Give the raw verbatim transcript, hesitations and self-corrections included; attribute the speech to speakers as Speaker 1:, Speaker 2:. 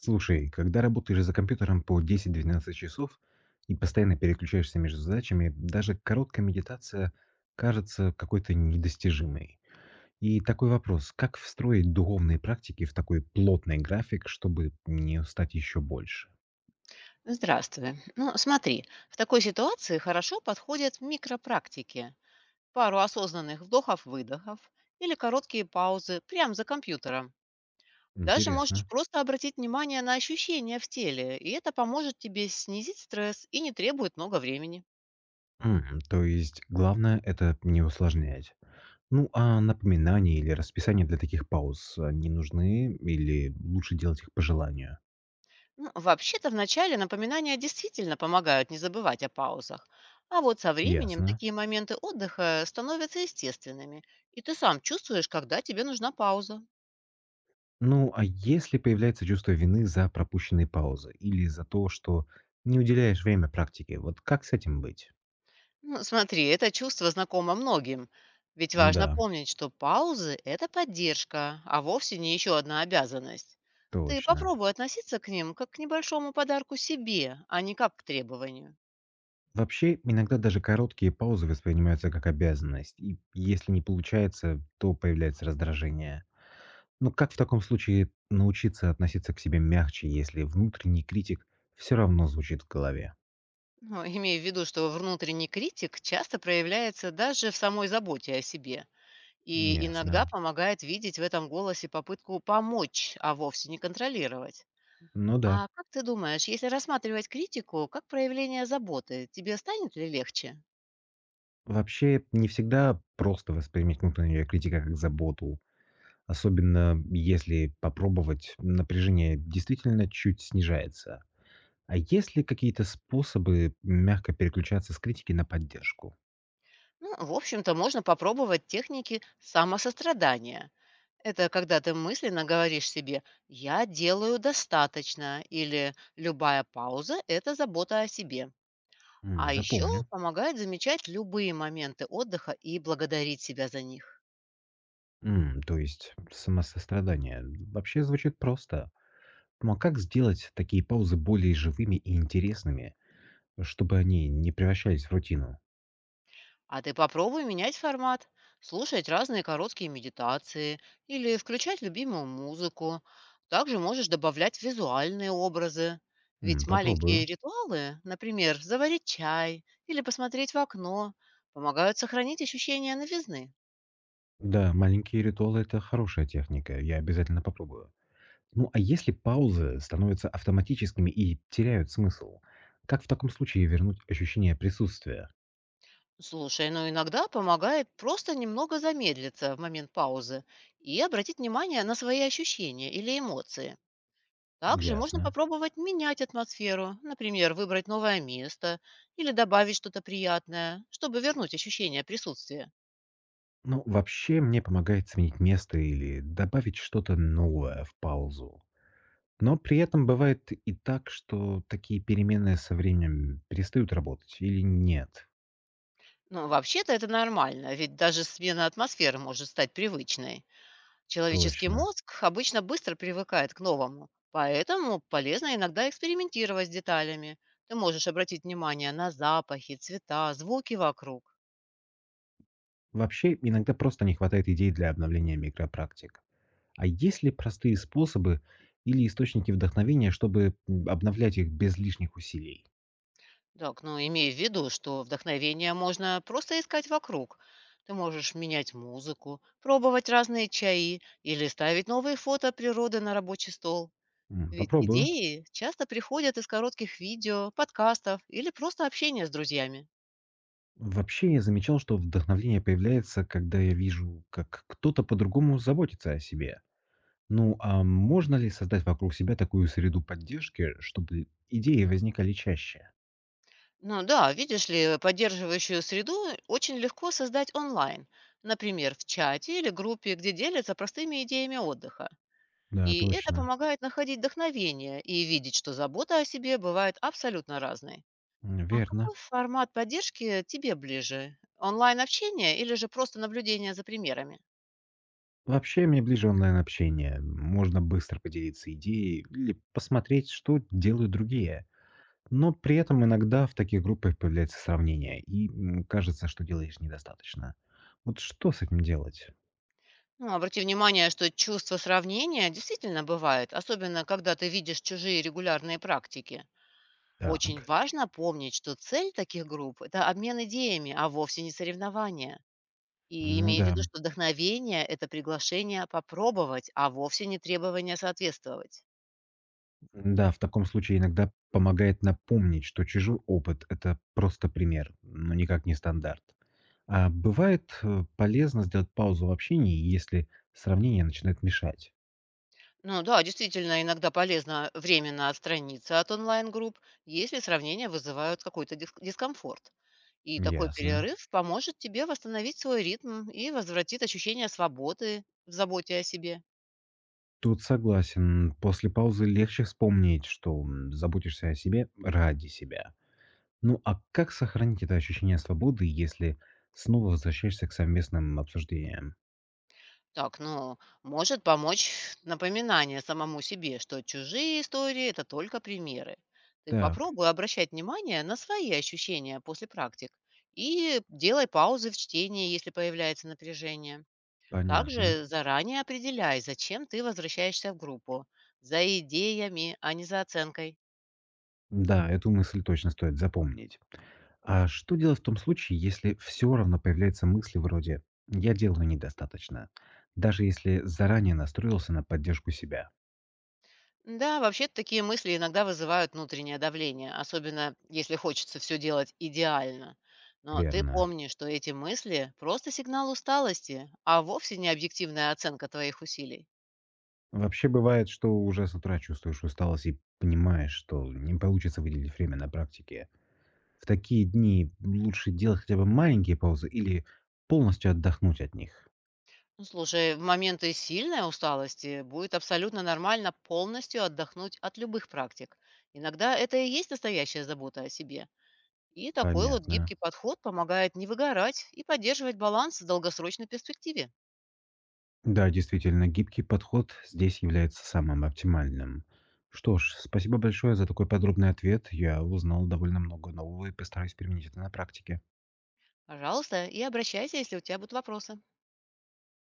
Speaker 1: Слушай, когда работаешь за компьютером по 10-12 часов и постоянно переключаешься между задачами, даже короткая медитация кажется какой-то недостижимой. И такой вопрос, как встроить духовные практики в такой плотный график, чтобы не устать еще больше?
Speaker 2: Здравствуй. Ну, смотри, в такой ситуации хорошо подходят микропрактики. Пару осознанных вдохов-выдохов или короткие паузы прямо за компьютером. Даже можешь
Speaker 1: Интересно.
Speaker 2: просто обратить внимание на ощущения в теле, и это поможет тебе снизить стресс и не требует много времени.
Speaker 1: М, то есть главное это не усложнять. Ну а напоминания или расписание для таких пауз, они нужны или лучше делать их по желанию?
Speaker 2: Ну, вообще-то вначале напоминания действительно помогают не забывать о паузах. А вот со временем
Speaker 1: Ясно.
Speaker 2: такие моменты отдыха становятся естественными, и ты сам чувствуешь, когда тебе нужна пауза.
Speaker 1: Ну, а если появляется чувство вины за пропущенные паузы или за то, что не уделяешь время практике, вот как с этим быть?
Speaker 2: Ну, смотри, это чувство знакомо многим. Ведь важно
Speaker 1: Да,
Speaker 2: помнить, что паузы– это поддержка, а вовсе не еще одна обязанность. Ты
Speaker 1: точно.
Speaker 2: попробуй относиться к ним как к небольшому подарку себе, а не как к требованию.
Speaker 1: Вообще, иногда даже короткие паузы воспринимаются как обязанность, и если не получается, то появляется раздражение. Но как в таком случае научиться относиться к себе мягче, если внутренний критик все равно звучит в голове?
Speaker 2: Ну, имея в виду, что внутренний критик часто проявляется даже в самой заботе о себе. И
Speaker 1: Ясно.
Speaker 2: иногда помогает видеть в этом голосе попытку помочь, а вовсе не контролировать.
Speaker 1: Ну да.
Speaker 2: А как ты думаешь, если рассматривать критику как проявление заботы, тебе станет ли легче?
Speaker 1: Вообще, не всегда просто воспринимать внутреннего критика как заботу. Особенно если попробовать, напряжение действительно чуть снижается. А есть ли какие-то способы мягко переключаться с критики на поддержку?
Speaker 2: Ну, в общем-то, можно попробовать техники самосострадания. Это когда ты мысленно говоришь себе «я делаю достаточно» или «любая пауза– это забота о себе».
Speaker 1: М,
Speaker 2: А еще
Speaker 1: запомню.
Speaker 2: помогает замечать любые моменты отдыха и благодарить себя за них.
Speaker 1: М, то есть самосострадание. Вообще звучит просто. Ну а как сделать такие паузы более живыми и интересными, чтобы они не превращались в рутину?
Speaker 2: А ты попробуй менять формат, слушать разные короткие медитации или включать любимую музыку. Также можешь добавлять визуальные образы.
Speaker 1: М,
Speaker 2: Ведь маленькие
Speaker 1: попробую.
Speaker 2: ритуалы, например, заварить чай или посмотреть в окно, помогают сохранить ощущение новизны.
Speaker 1: Да, маленькие ритуалы– это хорошая техника. Я обязательно попробую. Ну а если паузы становятся автоматическими и теряют смысл, как в таком случае вернуть ощущение присутствия?
Speaker 2: Слушай, но иногда помогает просто немного замедлиться в момент паузы и обратить внимание на свои ощущения или эмоции. Также можно
Speaker 1: Ясно.
Speaker 2: попробовать менять атмосферу, например, выбрать новое место или добавить что-то приятное, чтобы вернуть ощущение присутствия.
Speaker 1: Ну, вообще мне помогает сменить место или добавить что-то новое в паузу. Но при этом бывает и так, что такие переменные со временем перестают работать или нет.
Speaker 2: Но вообще-то это нормально, ведь даже смена атмосферы может стать привычной. Человеческий
Speaker 1: Точно.
Speaker 2: мозг обычно быстро привыкает к новому, поэтому полезно иногда экспериментировать с деталями. Ты можешь обратить внимание на запахи, цвета, звуки вокруг.
Speaker 1: Вообще, иногда просто не хватает идей для обновления микропрактик. А есть ли простые способы или источники вдохновения, чтобы м, обновлять их без лишних усилий?
Speaker 2: Так, ну имей в виду, что вдохновение можно просто искать вокруг. Ты можешь менять музыку, пробовать разные чаи или ставить новые фото природы на рабочий стол.
Speaker 1: М,
Speaker 2: Ведь
Speaker 1: попробую.
Speaker 2: идеи часто приходят из коротких видео, подкастов или просто общения с друзьями.
Speaker 1: Вообще я замечал, что вдохновление появляется, когда я вижу, как кто-то по-другому заботится о себе. Ну, а можно ли создать вокруг себя такую среду поддержки, чтобы идеи возникали чаще?
Speaker 2: Ну да, видишь ли, поддерживающую среду очень легко создать онлайн. Например, в чате или группе, где делятся простыми идеями отдыха.
Speaker 1: Да,
Speaker 2: И это
Speaker 1: точно.
Speaker 2: помогает находить вдохновение и видеть, что забота о себе бывает абсолютно разной.
Speaker 1: М,
Speaker 2: А
Speaker 1: Верно.
Speaker 2: какой формат поддержки тебе ближе? Онлайн-общение или же просто наблюдение за примерами?
Speaker 1: Вообще мне ближе онлайн-общение. Можно быстро поделиться идеей или посмотреть, что делают другие. Но при этом иногда в таких группах появляется сравнение, и м, кажется, что делаешь недостаточно. Вот что с этим делать?
Speaker 2: Ну, обрати внимание, что чувство сравнения действительно бывает, особенно когда ты видишь чужие регулярные практики. Очень
Speaker 1: Так.
Speaker 2: важно помнить, что цель таких групп– это обмен идеями, а вовсе не соревнования. И
Speaker 1: Ну
Speaker 2: имей в
Speaker 1: да.
Speaker 2: виду, что вдохновение– это приглашение попробовать, а вовсе не требование соответствовать.
Speaker 1: Да, в таком случае иногда помогает напомнить, что чужой опыт– это просто пример, но никак не стандарт. А бывает э, полезно сделать паузу в общении, если сравнение начинает мешать.
Speaker 2: Ну да, действительно, иногда полезно временно отстраниться от онлайн-групп, если сравнения вызывают какой-то дис- дискомфорт. И такой
Speaker 1: Ясно.
Speaker 2: перерыв поможет тебе восстановить свой ритм и возвратит ощущение свободы в заботе о себе.
Speaker 1: Тут согласен. После паузы легче вспомнить, что м, заботишься о себе ради себя. Ну а как сохранить это ощущение свободы, если снова возвращаешься к совместным обсуждениям?
Speaker 2: Так, ну, может помочь напоминание самому себе, что чужие истории– это только примеры. Ты
Speaker 1: Так,
Speaker 2: попробуй обращать внимание на свои ощущения после практик и делай паузы в чтении, если появляется напряжение.
Speaker 1: понятно.
Speaker 2: Также заранее определяй, зачем ты возвращаешься в группу. За идеями, а не за оценкой.
Speaker 1: Да, эту мысль точно стоит запомнить. А что делать в том случае, если все равно появляются мысли вроде «я делаю недостаточно», даже если заранее настроился на поддержку себя?
Speaker 2: Да, вообще такие мысли иногда вызывают внутреннее давление, особенно если хочется все делать идеально. Но ты
Speaker 1: Верно.
Speaker 2: помни, что эти мысли– просто сигнал усталости, а вовсе не объективная оценка твоих усилий.
Speaker 1: Вообще бывает, что уже с утра чувствуешь усталость и понимаешь, что не получится выделить время на практике. В такие дни лучше делать хотя бы маленькие паузы или полностью отдохнуть от них.
Speaker 2: Ну, слушай, в моменты сильной усталости будет абсолютно нормально полностью отдохнуть от любых практик. Иногда это и есть настоящая забота о себе. И такой вот
Speaker 1: Понятно.
Speaker 2: гибкий подход помогает не выгорать и поддерживать баланс в долгосрочной перспективе.
Speaker 1: Да, действительно, гибкий подход здесь является самым оптимальным. Что ж, спасибо большое за такой подробный ответ. Я узнал довольно много нового и постараюсь применить это на практике.
Speaker 2: Пожалуйста, и обращайся, если у тебя будут вопросы.